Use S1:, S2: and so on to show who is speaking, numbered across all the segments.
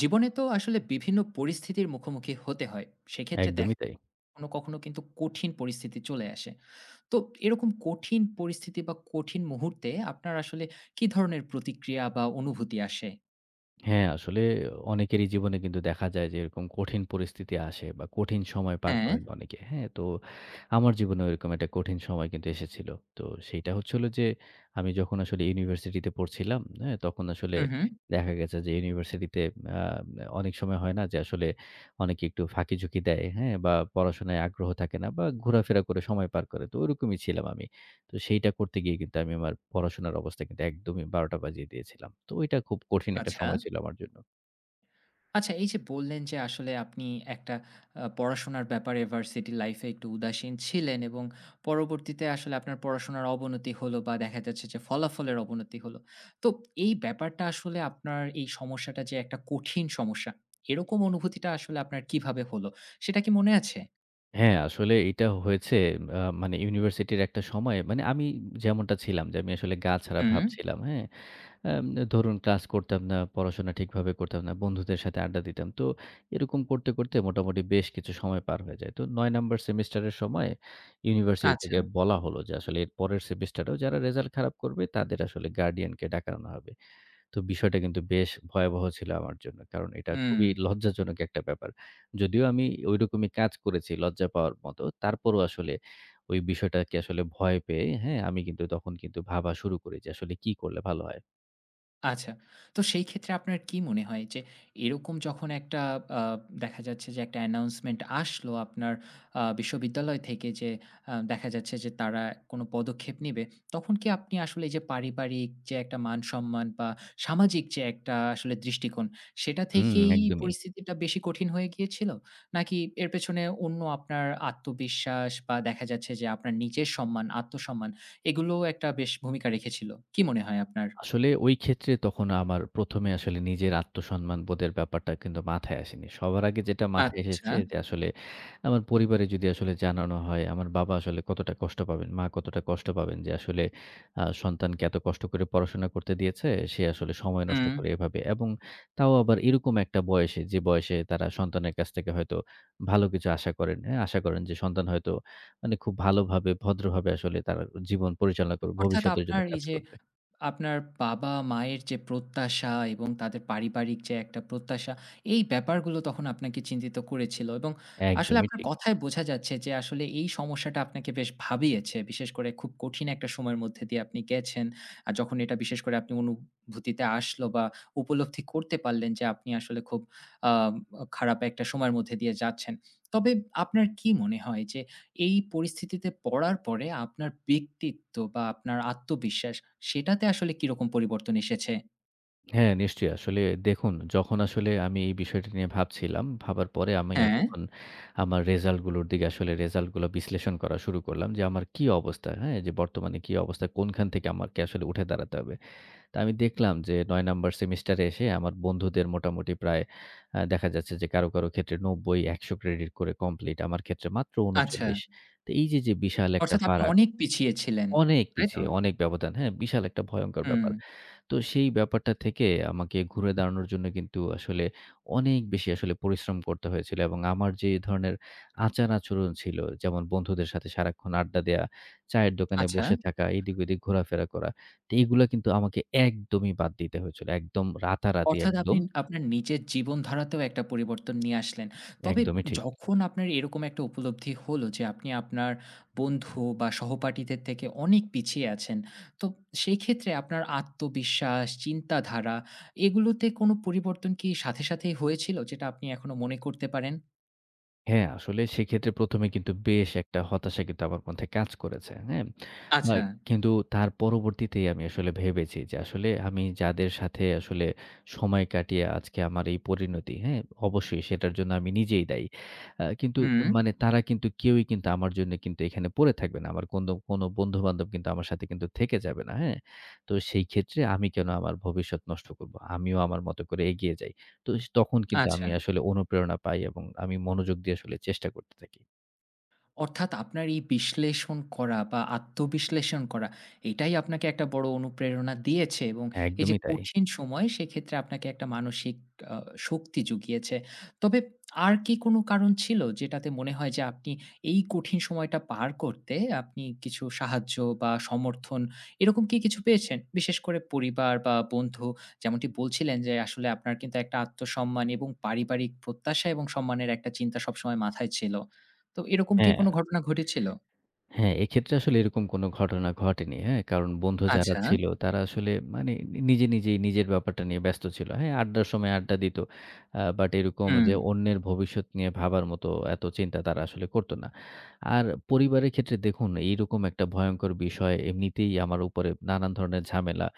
S1: জীবনে তো আসলে বিভিন্ন পরিস্থিতির মুখোমুখি হতে হয়। সেক্ষেত্রে দেখা
S2: একদমই তাই।
S1: কখনো কিন্তু কঠিন পরিস্থিতি চলে আসে। তো এরকম কঠিন পরিস্থিতি বা কঠিন মুহূর্তে আপনার আসলে কি ধরনের প্রতিক্রিয়া বা অনুভূতি আসে?
S2: হ্যাঁ, আসলে অনেকেরই জীবনে কিন্তু দেখা যায় যে এরকম কঠিন পরিস্থিতি আসে বা কঠিন সময় পার
S1: হ্যাঁ।
S2: করেন অনেকে। হ্যাঁ? তো আমার জীবনেও এরকম একটা কঠিন সময় কিন্তু এসেছিল। তো সেইটা হলো যে আমি যখন আসলে ইউনিভার্সিটিতে পড়ছিলাম, হ্যাঁ? তখন আসলে
S1: হু, হু।
S2: দেখা গেছে যে ইউনিভার্সিটিতে আ অনেক সময় হয় না যে আসলে অনেকে একটু ফাঁকি-ঝুঁকি দেয়, হ্যাঁ? বা পড়াশোনায় আগ্রহ থাকে না বা ঘোরাফেরা করে সময় পার করে। তো ওরকমই ছিলাম আমি। তো সেইটা করতে গিয়ে কিন্তু আমি আমার পড়াশোনার অবস্থা কিন্তু একদমই ১২টা বাজিয়ে দিয়েছিলাম। তো ওইটা খুব কঠিন একটা
S1: আচ্ছা।
S2: সময় ছিল আমার জন্য।
S1: আচ্ছা এই যে বললেন যে আসলে আপনি একটা পড়াশোনার ব্যাপারে ভার্সিটি লাইফে একটু উদাসীন ছিলেন এবং পরবর্তীতে আসলে আপনার পড়াশোনার অবনতি হলো বা দেখা যাচ্ছে যে ফলাফলের অবনতি হলো। তো এই ব্যাপারটা আসলে আপনার এই সমস্যাটা যে একটা কঠিন সমস্যা, এরকম অনুভূতিটা আসলে আপনার কিভাবে হলো? সেটা কি মনে আছে?
S2: হ্যাঁ, আসলে এটা হয়েছে মানে ইউনিভার্সিটির একটা সময়ে মানে আমি যেমনটা ছিলাম যে আমি আসলে গা ছাড়া
S1: হুম,
S2: ভাবছিলাম, হ্যাঁ? আম ধরুন ক্লাস করতাম না, পড়াশোনা ঠিকভাবে করতাম না, বন্ধুদের সাথে আড্ডা দিতাম। তো এরকম করতে করতে মোটামুটি বেশ কিছু সময় পার হয়ে যায়। তো ৯ নাম্বার সেমিস্টারের সময় ইউনিভার্সিটি
S1: আচ্ছা।
S2: থেকে বলা হলো যে আসলে এর পরের সেমিস্টারেও যারা রেজাল্ট খারাপ করবে তাদের আসলে গার্ডিয়ানকে ডাকানো হবে। তো বিষয়টা কিন্তু বেশ ভয়াবহ ছিল আমার জন্য। কারণ এটা
S1: হুম।
S2: খুবই লজ্জাজনক একটা ব্যাপার। যদিও আমি ঐরকমই কাজ করেছি লজ্জা পাওয়ার মতো। তারপরও আসলে ওই বিষয়টাকে আসলে ভয় পেয়ে, হ্যাঁ? আমি কিন্তু তখন কিন্তু ভাবা শুরু করি যে আসলে কি করলে ভালো হয়?
S1: আচ্ছা। তো সেই ক্ষেত্রে আপনার কি মনে হয় যে এরকম যখন একটা আ দেখা যাচ্ছে যে একটা অ্যানাউন্সমেন্ট আসলো আপনার বিশ্ববিদ্যালয় থেকে যে দেখা যাচ্ছে যে তারা কোনো পদক্ষেপ নিবে, তখন কি আপনি আসলে এই যে পারিবারিক যে একটা মান-সম্মান বা সামাজিক যে একটা আসলে দৃষ্টিকোণ, সেটা
S2: হুম,
S1: থেকেই
S2: একদমই।
S1: পরিস্থিতিটা বেশি কঠিন হয়ে গিয়েছিল? নাকি এর পেছনে অন্য আপনার আত্মবিশ্বাস বা দেখা যাচ্ছে যে আপনার নিজের সম্মান, আত্মসম্মান এগুলোও একটা বেশ ভূমিকা রেখেছিল? কি মনে হয় আপনার?
S2: আসলে ওই ক্ষেত্রে তখন আমার ১ম এ আসলে নিজের আত্মসম্মান বোধের ব্যাপারটা কিন্তু মাথায় আসেনি। সবার আগে যেটা মাথায়
S1: আচ্ছা।
S2: এসেছে যে আসলে আমার পরিবারে যদি আসলে জানানো হয়, আমার বাবা আসলে কতটা কষ্ট পাবেন, মা কতটা কষ্ট পাবেন যে আসলে সন্তানকে এত কষ্ট করে পড়াশোনা করতে দিয়েছে, সে আসলে সময় নষ্ট
S1: হুম।
S2: করে এভাবে। এবং তাও আবার এরকম একটা বয়সে, যে বয়সে তারা সন্তানের কাছ থেকে হয়তো ভালো কিছু আশা করেন, হ্যাঁ? আশা করেন যে সন্তান হয়তো মানে খুব ভালোভাবে ভদ্রভাবে আসলে তার জীবন পরিচালনা করবে,
S1: অর্থাৎ
S2: ভবিষ্যতের জন্য
S1: আপনার এই
S2: কাজ
S1: যে
S2: করবে।
S1: আপনার বাবা-মায়ের যে প্রত্যাশা এবং তাদের পারিবারিক যে একটা প্রত্যাশা, এই ব্যাপারগুলো তখন আপনাকে চিন্তিত করেছিল এবং আসলে
S2: একদমই
S1: আপনার
S2: ঠিক।
S1: কথায় বোঝা যাচ্ছে যে আসলে এই সমস্যাটা আপনাকে বেশ ভাবিয়েছে। বিশেষ করে খুব কঠিন একটা সময়ের মধ্যে দিয়ে আপনি গেছেন। আর যখন এটা বিশেষ করে আপনি অনুভূতিতে আসলো বা উপলব্ধি করতে পারলেন যে আপনি আসলে খুব আ খারাপ একটা সময়ের মধ্যে দিয়ে যাচ্ছেন। তবে আপনার কি মনে হয় যে এই পরিস্থিতিতে পড়ার পরে আপনার ব্যক্তিত্ব বা আপনার আত্মবিশ্বাস সেটাতে আসলে কিরকম পরিবর্তন এসেছে?
S2: হ্যাঁ, নিশ্চয়ই। আসলে দেখুন, যখন আসলে আমি এই বিষয়টা নিয়ে ভাবছিলাম, ভাবার পরে আমি
S1: হ্যাঁ,
S2: যখন আমার রেজাল্ট গুলোর দিকে আসলে রেজাল্ট গুলো বিশ্লেষণ করা শুরু করলাম যে, আমার কি অবস্থা, হ্যাঁ? যে বর্তমানে কি অবস্থা, কোনখান থেকে আমাকে আসলে উঠে দাঁড়াতে হবে। তো আমি দেখলাম যে ৯ নাম্বার সেমিস্টারে এসে আমার বন্ধুদের মোটামুটি প্রায় দেখা যাচ্ছে যে কারো কারো ক্ষেত্রে ৯০, ১০০ ক্রেডিট করে কমপ্লিট। আমার ক্ষেত্রে মাত্র
S1: আচ্ছা।
S2: ৩৯। তো এই যে, যে বিশাল একটা
S1: অর্থাৎ আপনি
S2: ফারাক,
S1: অনেক পিছিয়ে ছিলেন।
S2: অনেক
S1: তাই তো?
S2: পিছিয়ে, অনেক ব্যবধান, হ্যাঁ? বিশাল একটা ভয়ংকর
S1: হুম,
S2: ব্যাপার। তো সেই ব্যাপারটা থেকে আমাকে ঘুরে দাঁড়ানোর জন্য কিন্তু আসলে অনেক বেশি আসলে পরিশ্রম করতে হয়েছিল এবং আমার যে ধরনের আচার-আচরণ ছিল, যেমন বন্ধুদের সাথে সারাক্ষণ আড্ডা দেয়া, চায়ের দোকানে
S1: আচ্ছা।
S2: বসে থাকা, এদিক ওদিক ঘোরাফেরা করা। তো এগুলা কিন্তু আমাকে একদমই বাদ দিতে হয়েছিল। একদম রাতারাতি
S1: অর্থাৎ আপনি
S2: একদম,
S1: আপনার নিজের জীবনধারাতেও একটা পরিবর্তন নিয়ে আসলেন। তবে
S2: একদমই ঠিক।
S1: যখন আপনার এরকম একটা উপলব্ধি হলো যে আপনি আপনার বন্ধু বা সহপাঠীদের থেকে অনেক পিছিয়ে আছেন, তো সেক্ষেত্রে আপনার আত্মবিশ্বাস, চিন্তাধারা এগুলোতে কোনো পরিবর্তন কি সাথে সাথেই হয়েছিল যেটা আপনি এখনো মনে করতে পারেন?
S2: হ্যাঁ, আসলে সেক্ষেত্রে ১ম এ কিন্তু বেশ একটা হতাশা কিন্তু আমার মধ্যে কাজ করেছে। হ্যাঁ? আ
S1: আচ্ছা,
S2: কিন্তু তার পরবর্তীতেই আমি আসলে ভেবেছি যে আসলে আমি যাদের সাথে আসলে সময় কাটিয়ে আজকে আমার এই পরিণতি, হ্যাঁ? অবশ্যই সেটার জন্য আমি নিজেই দায়ী। কিন্তু
S1: হুম,
S2: মানে তারা কিন্তু কেউই কিন্তু আমার জন্য কিন্তু এখানে পড়ে থাকবে না। আমার কোনো কোনো বন্ধু-বান্ধব কিন্তু আমার সাথে কিন্তু থেকে যাবে না। হ্যাঁ? তো সেই ক্ষেত্রে আমি কেন আমার ভবিষ্যৎ নষ্ট করব? আমিও আমার মতো করে এগিয়ে যাই। তো তখন কিন্তু
S1: আচ্ছা।
S2: আমি আসলে অনুপ্রেরণা পাই এবং আমি মনোযোগ দিয়ে আসলে চেষ্টা করতে থাকি।
S1: অর্থাৎ আপনার এই বিশ্লেষণ করা বা আত্মবিশ্লেষণ করা, এটাই আপনাকে একটা বড় অনুপ্রেরণা দিয়েছে এবং এই যে
S2: একদমই তাই।
S1: কঠিন সময় সেক্ষেত্রে আপনাকে একটা মানসিক আ শক্তি জুগিয়েছে। তবে আর কি কোনো কারণ ছিল যেটাতে মনে হয় যে আপনি এই কঠিন সময়টা পার করতে আপনি কিছু সাহায্য বা সমর্থন এরকম কি কিছু পেয়েছেন? বিশেষ করে পরিবার বা বন্ধু যেমনটি বলছিলেন যে আসলে আপনার কিন্তু একটা আত্মসম্মান এবং পারিবারিক প্রত্যাশা এবং সম্মানের একটা চিন্তা সবসময় মাথায় ছিল। তো এরকম কি কোনো
S2: হ্যাঁ।
S1: ঘটনা ঘটেছিল?
S2: হ্যাঁ, এক্ষেত্রে আসলে এরকম কোনো ঘটনা ঘটেনি। হ্যাঁ? কারণ বন্ধু যারা
S1: আচ্ছা।
S2: আচ্ছা। ছিল তারা আসলে মানে নিজে নিজেই নিজের ব্যাপারটা নিয়ে ব্যস্ত ছিল। হ্যাঁ, আড্ডার সময় আড্ডা দিত। বাট এরকম
S1: হুম।
S2: যে অন্যের ভবিষ্যৎ নিয়ে ভাবার মতো এত চিন্তা তারা আসলে করত না। আর পরিবারের ক্ষেত্রে দেখুন এইরকম একটা ভয়ংকর বিষয় এমনিতেই আমার উপরে নানান ধরনের ঝামেলা।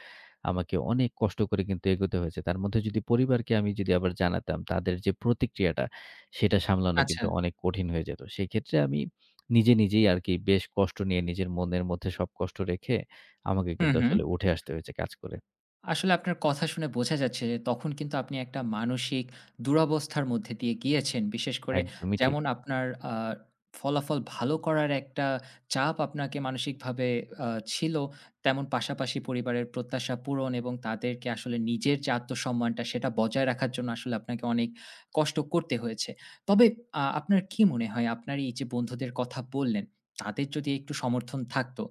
S2: আমাকে অনেক কষ্ট করে কিন্তু এগোতে হয়েছে। তার মধ্যে যদি পরিবারকে আমি যদি আবার জানাতাম তাদের যে প্রতিক্রিয়াটা সেটা সামলানো
S1: আচ্ছা।
S2: কিন্তু অনেক কঠিন হয়ে যেত। সেক্ষেত্রে আমি নিজে নিজেই আরকি বেশ কষ্ট নিয়ে নিজের মনের মধ্যে সব কষ্ট রেখে আমাকে
S1: হুম,
S2: কিন্তু
S1: হুম।
S2: আসলে উঠে আসতে হয়েছে কাজ করে।
S1: আসলে আপনার কথা শুনে বোঝা যাচ্ছে যে তখন কিন্তু আপনি একটা মানসিক দুরবস্থার মধ্যে দিয়ে গিয়েছেন। বিশেষ করে
S2: একদমই ঠিক।
S1: যেমন আপনার ফলাফল ভালো করার একটা চাপ আপনাকে মানসিকভাবে আ ছিল। তেমন পাশাপাশি পরিবারের প্রত্যাশা পূরণ এবং তাদেরকে আসলে নিজের যে আত্মসম্মানটা সেটা বজায় রাখার জন্য আসলে আপনাকে অনেক কষ্ট করতে হয়েছে। তবে আপনার কি মনে হয় আপনার এই যে বন্ধুদের কথা বললেন, তাদের যদি একটু সমর্থন থাকতো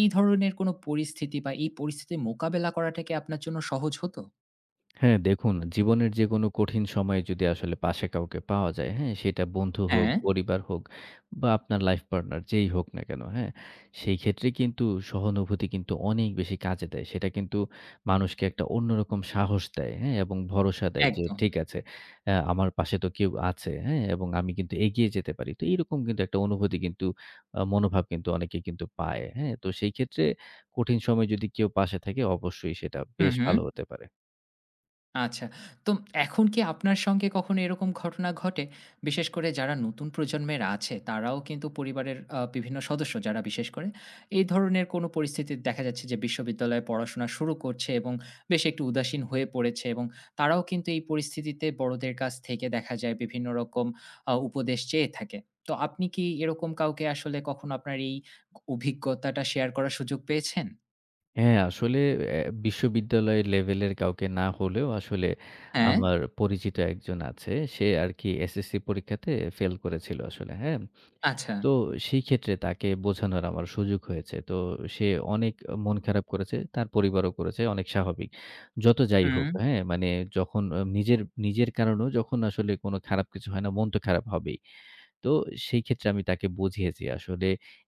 S1: এই ধরনের কোনো পরিস্থিতি বা এই পরিস্থিতি মোকাবেলা করাটা কি আপনার জন্য সহজ হতো?
S2: হ্যাঁ, দেখুন জীবনের যে কোনো কঠিন সময়ে যদি আসলে পাশে কাউকে পাওয়া যায়, হ্যাঁ? সেটা বন্ধু হোক,
S1: হ্যাঁ,
S2: পরিবার হোক বা আপনার লাইফ পার্টনার যেই হোক না কেন, হ্যাঁ? সেই ক্ষেত্রে কিন্তু সহানুভূতি কিন্তু অনেক বেশি কাজে দেয়। সেটা কিন্তু মানুষকে একটা অন্যরকম সাহস দেয়, হ্যাঁ? এবং ভরসা দেয় যে
S1: একদম।
S2: ঠিক আছে, আমার পাশে তো কেউ আছে, হ্যাঁ? এবং আমি কিন্তু এগিয়ে যেতে পারি। তো এইরকম কিন্তু একটা অনুভূতি কিন্তু মনোভাব কিন্তু অনেকে কিন্তু পায়, হ্যাঁ? তো সেই ক্ষেত্রে কঠিন সময়ে যদি কেউ পাশে থাকে অবশ্যই সেটা
S1: হুম,
S2: বেশ
S1: হু।
S2: ভালো হতে পারে।
S1: আচ্ছা। তো এখন কি আপনার সঙ্গে কখনো এরকম ঘটনা ঘটে? বিশেষ করে যারা নতুন প্রজন্মের আছে, তারাও কিন্তু পরিবারের বিভিন্ন সদস্য যারা বিশেষ করে, এই ধরনের কোনো পরিস্থিতি দেখা যাচ্ছে যে বিশ্ববিদ্যালয়ে পড়াশোনা শুরু করছে এবং বেশ একটু উদাসীন হয়ে পড়েছে এবং তারাও কিন্তু এই পরিস্থিতিতে বড়দের কাছ থেকে দেখা যায় বিভিন্ন রকম উপদেশ চেয়ে থাকে। তো আপনি কি এরকম কাউকে আসলে কখনো আপনার এই অভিজ্ঞতাটা শেয়ার করার সুযোগ পেয়েছেন?
S2: হ্যাঁ, আসলে অ্যা বিশ্ববিদ্যালয় লেভেলের কাউকে না হলেও আসলে
S1: হ্যাঁ?
S2: আমার পরিচিত একজন আছে। সে আরকি SSC পরীক্ষাতে ফেল করেছিল আসলে, হ্যাঁ?
S1: আচ্ছা।
S2: তো সেই ক্ষেত্রে তাকে বোঝানোর আমার সুযোগ হয়েছে। তো সে অনেক মন খারাপ করেছে, তার পরিবারও করেছে, অনেক স্বাভাবিক। যত যাই হোক,
S1: হুম।
S2: হ্যাঁ? মানে যখন নিজের নিজের কারণেও যখন আসলে কোনো খারাপ কিছু হয় না, মন তো খারাপ হবেই। তো সেই ক্ষেত্রে আমি তাকে বুঝিয়েছি আসলে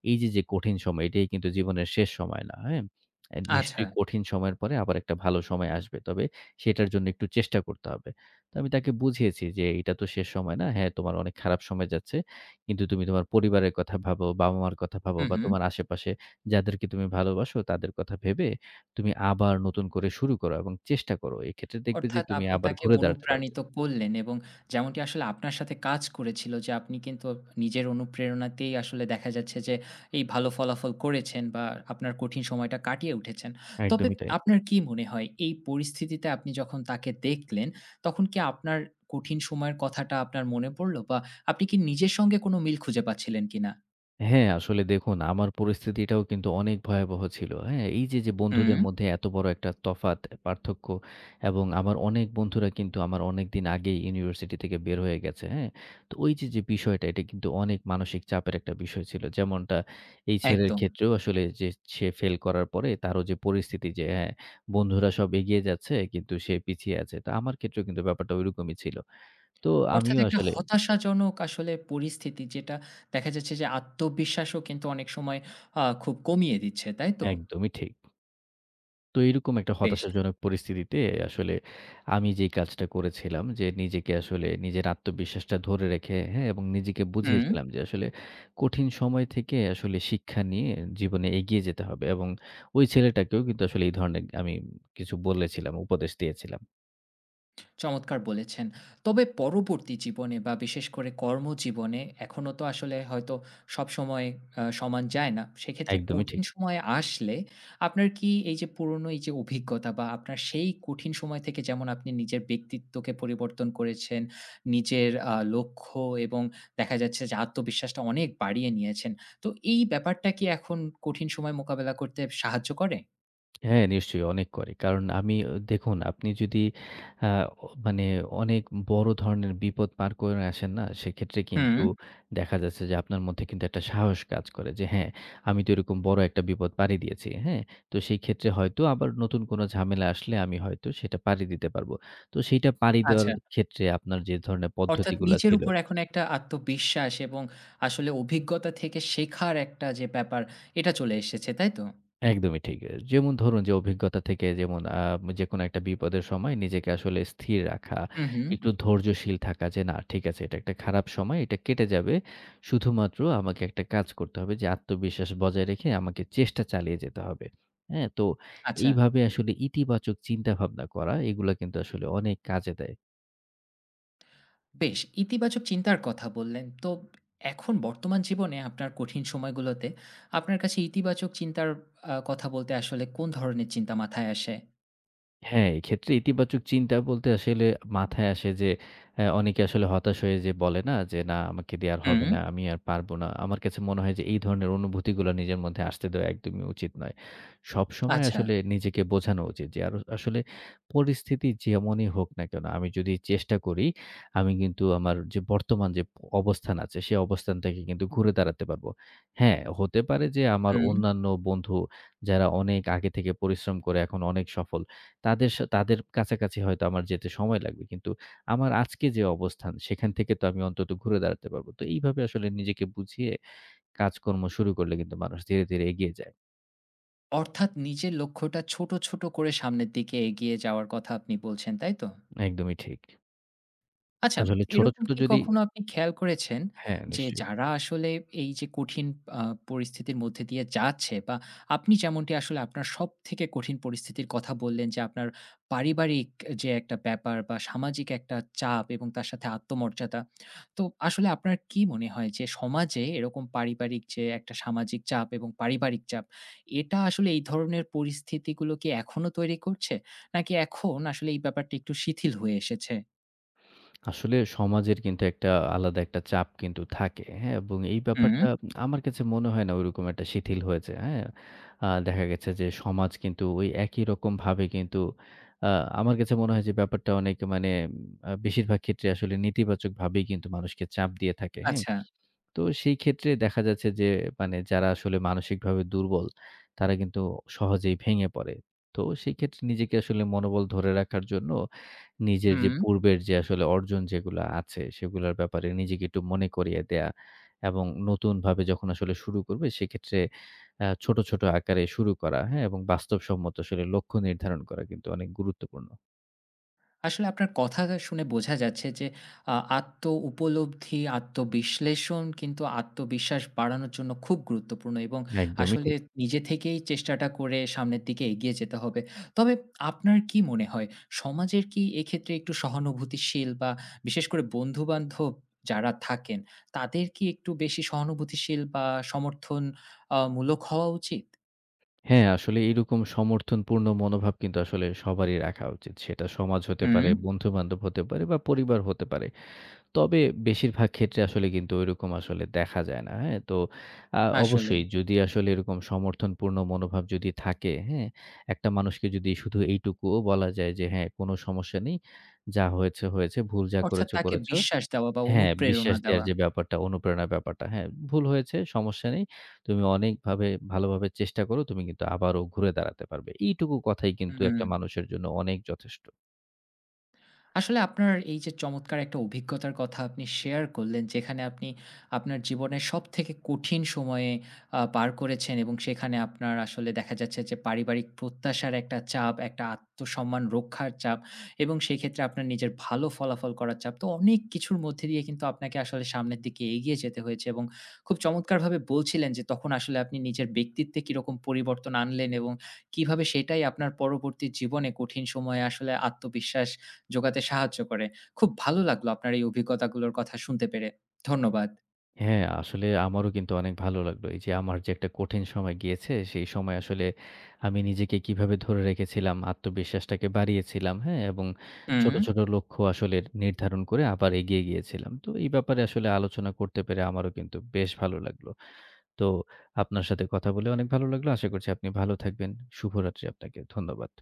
S2: এই যে, যে কঠিন সময় এটাই কিন্তু জীবনের শেষ সময় না, হ্যাঁ?
S1: আচ্ছা।
S2: নিশ্চয়ই কঠিন সময়ের পরে আবার একটা ভালো সময় আসবে। তবে সেটার জন্য একটু চেষ্টা করতে হবে। তো আমি তাকে বুঝিয়েছি যে, "এটা তো শেষ সময় না। হ্যাঁ, তোমার অনেক খারাপ সময় যাচ্ছে। কিন্তু তুমি তোমার পরিবারের কথা ভাবো, বাবা-মার কথা ভাবো
S1: হু,
S2: বা
S1: হু।
S2: তোমার আশেপাশে যাদেরকে তুমি ভালোবাসো তাদের কথা ভেবে তুমি আবার নতুন করে শুরু করো এবং চেষ্টা করো। এক্ষেত্রে দেখবে যে
S1: অর্থাৎ
S2: তুমি
S1: আপনি
S2: আবার
S1: তাকে
S2: ঘুরে দাঁড়াতে পারবে।"
S1: অনুপ্রাণিত করলেন এবং যেমনটি আসলে আপনার সাথে কাজ করেছিল যে আপনি কিন্তু নিজের অনুপ্রেরণাতেই আসলে দেখা যাচ্ছে যে এই ভালো ফলাফল করেছেন বা আপনার কঠিন সময়টা কাটিয়ে উঠেছেন। তবে
S2: একদমই তাই।
S1: আপনার কি মনে হয় এই পরিস্থিতিতে আপনি যখন তাকে দেখলেন তখন কি আপনার কঠিন সময়ের কথাটা আপনার মনে পড়ল বা আপনি কি নিজের সঙ্গে কোনো মিল খুঁজে পাচ্ছিলেন কিনা?
S2: হ্যাঁ, আসলে দেখুন আমার পরিস্থিতিটাও কিন্তু অনেক ভয়াবহ ছিল। হ্যাঁ? এই যে, যে
S1: হুম,
S2: বন্ধুদের মধ্যে এত বড় একটা তফাত, পার্থক্য এবং আমার অনেক বন্ধুরা কিন্তু আমার অনেকদিন আগেই ইউনিভার্সিটি থেকে বের হয়ে গেছে। হ্যাঁ? তো ওই যে, যে বিষয়টা এটা কিন্তু অনেক মানসিক চাপের একটা বিষয় ছিল। যেমনটা এই ছেলের
S1: একদম।
S2: ক্ষেত্রেও আসলে যে সে ফেল করার পরে তারও যে পরিস্থিতি যে হ্যাঁ, বন্ধুরা সব এগিয়ে যাচ্ছে কিন্তু সে পিছিয়ে আছে। তো আমার ক্ষেত্রেও কিন্তু ব্যাপারটা ঐরকমই ছিল। তো
S1: অর্থাৎ
S2: আমিও
S1: একটা
S2: আসলে
S1: হতাশাজনক আসলে পরিস্থিতি যেটা দেখা যাচ্ছে যে আত্মবিশ্বাসও কিন্তু অনেক সময় খুব কমিয়ে দিচ্ছে, তাই তো?
S2: একদমই ঠিক। তো এরকম একটা
S1: বেশ।
S2: হতাশাজনক পরিস্থিতিতে আসলে আমি যে কাজটা করেছিলাম যে নিজেকে আসলে নিজের আত্মবিশ্বাসটা ধরে রেখে হ্যাঁ এবং নিজেকে
S1: হুম।
S2: বুঝিয়েছিলাম যে আসলে কঠিন সময় থেকে আসলে শিক্ষা নিয়ে জীবনে এগিয়ে যেতে হবে এবং ওই ছেলেটাকেও কিন্তু আসলে এই ধরনের আমি কিছু বলেছিলাম উপদেশ দিয়েছিলাম।
S1: চমৎকার বলেছেন। তবে পরবর্তী জীবনে বা বিশেষ করে কর্মজীবনে এখনো তো আসলে হয়তো সবসময় সমান যায় না। সেক্ষেত্রে
S2: একদমই
S1: কঠিন
S2: ঠিক।
S1: সময় আসলে আপনার কি এই যে পুরনো এই যে অভিজ্ঞতা বা আপনার সেই কঠিন সময় থেকে যেমন আপনি নিজের ব্যক্তিত্বকে পরিবর্তন করেছেন, নিজের লক্ষ্য এবং দেখা যাচ্ছে যে আত্মবিশ্বাসটা অনেক বাড়িয়ে নিয়েছেন। তো এই ব্যাপারটা কি এখন কঠিন সময় মোকাবেলা করতে সাহায্য করে?
S2: হ্যাঁ, নিশ্চয়ই অনেক করে। কারণ আমি দেখুন আপনি যদি আ মানে অনেক বড় ধরনের বিপদ পার করে আসেন না? সেক্ষেত্রে
S1: হুম,
S2: কিন্তু দেখা যাচ্ছে যে আপনার মধ্যে কিন্তু একটা সাহস কাজ করে যে হ্যাঁ, আমি তো এরকম বড় একটা বিপদ পাড়ি দিয়েছি। হ্যাঁ? তো সেই ক্ষেত্রে হয়তো আবার নতুন কোনো ঝামেলা আসলে আমি হয়তো সেটা পাড়ি দিতে পারব। তো সেইটা পাড়ি দেওয়ার
S1: আচ্ছা।
S2: ক্ষেত্রে আপনার যে ধরনের
S1: অর্থাৎ
S2: পদ্ধতিগুলা
S1: নিজের
S2: ছিল
S1: উপর এখন একটা আত্মবিশ্বাস এবং আসলে অভিজ্ঞতা থেকে শেখার একটা যে ব্যাপার, এটা চলে এসেছে, তাই তো?
S2: একদমই ঠিক। এ যেমন ধরুন যে অভিজ্ঞতা থেকে যেমন যেকোনো একটা বিপদের সময় নিজেকে আসলে স্থির রাখা,
S1: হুম, হুম।
S2: একটু ধৈর্যশীল থাকা যে না ঠিক আছে এটা একটা খারাপ সময়, এটা কেটে যাবে। শুধুমাত্র আমাকে একটা কাজ করতে হবে যে আত্মবিশ্বাস বজায় রেখে আমাকে চেষ্টা চালিয়ে যেতে হবে। হ্যাঁ? তো
S1: আচ্ছা,
S2: এইভাবে আসলে ইতিবাচক চিন্তাভাবনা করা এগুলা কিন্তু আসলে অনেক কাজে দেয়।
S1: বেশ ইতিবাচক চিন্তার কথা বললেন। তো এখন বর্তমান জীবনে আপনার কঠিন সময়গুলোতে আপনার কাছে ইতিবাচক চিন্তার কথা বলতে আসলে কোন ধরনের চিন্তা মাথায় আসে?
S2: হ্যাঁ, এক্ষেত্রে ইতিবাচক চিন্তা বলতে আসলে মাথায় আসে যে অনেকে আসলে হতাশ হয়ে যে বলে না যে, "না আমাকে দিয়ে আর
S1: হুম,
S2: হবে না, আমি আর পারব না।" আমার কাছে মনে হয় যে এই ধরনের অনুভূতিগুলো নিজের মধ্যে আসতে দেওয়া একদমই উচিত নয়। সবসময়
S1: আচ্ছা,
S2: আসলে নিজেকে বোঝানো উচিত যে আর আসলে পরিস্থিতি যেমনই হোক না কেন, আমি যদি চেষ্টা করি, আমি কিন্তু আমার যে বর্তমান যে অবস্থান আছে, সে অবস্থান থেকে কিন্তু ঘুরে দাঁড়াতে পারব। হ্যাঁ, হতে পারে যে আমার
S1: হুম।
S2: অন্যান্য বন্ধু যারা অনেক আগে থেকে পরিশ্রম করে এখন অনেক সফল তাদের কাছাকাছি হয়তো আমার যেতে সময় লাগবে। কিন্তু আমার আজকে যে অবস্থান, সেখান থেকে তো আমি অন্তত ঘুরে দাঁড়াতে পারবো। তো এইভাবে আসলে নিজেকে বুঝিয়ে কাজকর্ম শুরু করলে কিন্তু মানুষ ধীরে ধীরে এগিয়ে যায়।
S1: অর্থাৎ নিজের লক্ষ্যটা ছোট, ছোট করে সামনের দিকে এগিয়ে যাওয়ার কথা আপনি বলছেন, তাই তো?
S2: একদমই ঠিক।
S1: আচ্ছা,
S2: আসলে ছোট,
S1: এরকম
S2: ছোট
S1: কি
S2: যদি
S1: কখনো আপনি খেয়াল করেছেন
S2: হ্যাঁ,
S1: যে
S2: নিশ্চয়ই।
S1: যারা আসলে এই যে কঠিন আ পরিস্থিতির মধ্যে দিয়ে যাচ্ছে বা আপনি যেমনটি আসলে আপনার সবথেকে কঠিন পরিস্থিতির কথা বললেন যে আপনার পারিবারিক যে একটা ব্যাপার বা সামাজিক একটা চাপ এবং তার সাথে আত্মমর্যাদা। তো আসলে আপনার কি মনে হয় যে সমাজে এরকম পারিবারিক যে একটা সামাজিক চাপ এবং পারিবারিক চাপ, এটা আসলে এই ধরনের পরিস্থিতিগুলো কি এখনো তৈরি করছে? নাকি এখন আসলে এই ব্যাপারটা একটু শিথিল হয়ে এসেছে?
S2: আসলে সমাজের কিন্তু একটা আলাদা একটা চাপ কিন্তু থাকে। হ্যাঁ? এবং এই
S1: হু।
S2: ব্যাপারটা আমার কাছে মনে হয় না ওইরকম একটা শিথিল হয়েছে। হ্যাঁ? দেখা গেছে যে সমাজ কিন্তু ওই একই রকমভাবে কিন্তু আ আমার কাছে মনে হয় যে ব্যাপারটা অনেক মানে বেশিরভাগ ক্ষেত্রে আসলে নেতিবাচকভাবেই কিন্তু মানুষকে চাপ দিয়ে থাকে। হ্যাঁ?
S1: আচ্ছা,
S2: তো সেই ক্ষেত্রে দেখা যাচ্ছে যে মানে যারা আসলে মানসিকভাবে দুর্বল, তারা কিন্তু সহজেই ভেঙে পড়ে। তো সেই ক্ষেত্রে নিজেকে আসলে মনোবল ধরে রাখার জন্য নিজের যে
S1: হুম।
S2: পূর্বের যে আসলে অর্জন যেগুলা আছে, সেগুলার ব্যাপারে নিজেকে একটু মনে করিয়ে দেয়া এবং নতুনভাবে যখন আসলে শুরু করবে সেক্ষেত্রে ছোট ছোট আকারে শুরু করা, হ্যাঁ? এবং বাস্তবসম্মত আসলে লক্ষ্য নির্ধারণ করা কিন্তু অনেক গুরুত্বপূর্ণ।
S1: আসলে আপনার কথা শুনে বোঝা যাচ্ছে যে আত্ম-উপলব্ধি, আত্মবিশ্লেষণ কিন্তু আত্মবিশ্বাস বাড়ানোর জন্য খুব গুরুত্বপূর্ণ এবং
S2: একদমই
S1: আসলে
S2: ঠিক।
S1: নিজে থেকেই চেষ্টাটা করে সামনের দিকে এগিয়ে যেতে হবে। তবে আপনার কি মনে হয় সমাজের কি এক্ষেত্রে একটু সহানুভূতিশীল বা বিশেষ করে বন্ধু-বান্ধব যারা থাকেন তাদের কি একটু বেশি সহানুভূতিশীল বা সমর্থন মূলক হওয়া উচিত?
S2: হ্যাঁ, আসলে এইরকম সমর্থনপূর্ণ মনোভাব কিন্তু আসলে সবারই রাখা উচিত। সেটা সমাজ হতে
S1: হুম,
S2: পারে, বন্ধু-বান্ধব হতে পারে বা পরিবার হতে পারে। তবে বেশিরভাগ ক্ষেত্রে আসলে কিন্তু ঐরকম আসলে দেখা যায় না। হ্যাঁ? তো
S1: আসলেই।
S2: অবশ্যই যদি আসলে এরকম সমর্থনপূর্ণ মনোভাব যদি থাকে, হ্যাঁ? একটা মানুষকে যদি শুধু এইটুকুও বলা যায় যে, "হ্যাঁ, কোনো সমস্যা নেই। যা হয়েছে, হয়েছে। ভুল যা
S1: অর্থাৎ
S2: করেছো,
S1: তাকে
S2: করেছো।"
S1: বিশ্বাস দেওয়া বা
S2: হ্যাঁ,
S1: অনুপ্রেরণা
S2: বিশ্বাস দেওয়ার
S1: দেওয়া।
S2: যে ব্যাপারটা, অনুপ্রেরণার ব্যাপারটা। হ্যাঁ, ভুল হয়েছে সমস্যা নেই। তুমি অনেকভাবে ভালোভাবে চেষ্টা করো। তুমি কিন্তু আবারও ঘুরে দাঁড়াতে পারবে। এইটুকু কথাই কিন্তু
S1: হুম।
S2: একটা মানুষের জন্য অনেক যথেষ্ট।
S1: আসলে আপনার এই যে চমৎকার একটা অভিজ্ঞতার কথা আপনি শেয়ার করলেন, যেখানে আপনি আপনার জীবনের সবথেকে কঠিন সময়ে পার করেছেন এবং সেখানে আপনার আসলে দেখা যাচ্ছে যে পারিবারিক প্রত্যাশার একটা চাপ, একটা আত্মসম্মান রক্ষার চাপ এবং সেক্ষেত্রে আপনার নিজের ভালো ফলাফল করার চাপ। তো অনেক কিছুর মধ্যে দিয়ে কিন্তু আপনাকে আসলে সামনের দিকে এগিয়ে যেতে হয়েছে এবং খুব চমৎকারভাবে বলছিলেন যে তখন আসলে আপনি নিজের ব্যক্তিত্বে কিরকম পরিবর্তন আনলেন এবং কিভাবে সেটাই আপনার পরবর্তী জীবনে কঠিন সময়ে আসলে আত্মবিশ্বাস জোগাতে সাহায্য করে। খুব ভালো লাগলো আপনার এই অভিজ্ঞতাগুলোর কথা শুনতে পেরে। ধন্যবাদ।
S2: হ্যাঁ, আসলে আমারও কিন্তু অনেক ভালো লাগলো। এই যে আমার যে একটা কঠিন সময় গিয়েছে, সেই সময় আসলে আমি নিজেকে কিভাবে ধরে রেখেছিলাম, আত্মবিশ্বাসটাকে বাড়িয়েছিলাম, হ্যাঁ? এবং
S1: হুম।
S2: ছোট ছোট লক্ষ্য আসলে নির্ধারণ করে আবার এগিয়ে গিয়েছিলাম। তো এই ব্যাপারে আসলে আলোচনা করতে পেরে আমারও কিন্তু বেশ ভালো লাগলো। তো আপনার সাথে কথা বলে অনেক ভালো লাগলো। আশা করছি আপনি ভালো থাকবেন। শুভরাত্রি আপনাকে। ধন্যবাদ।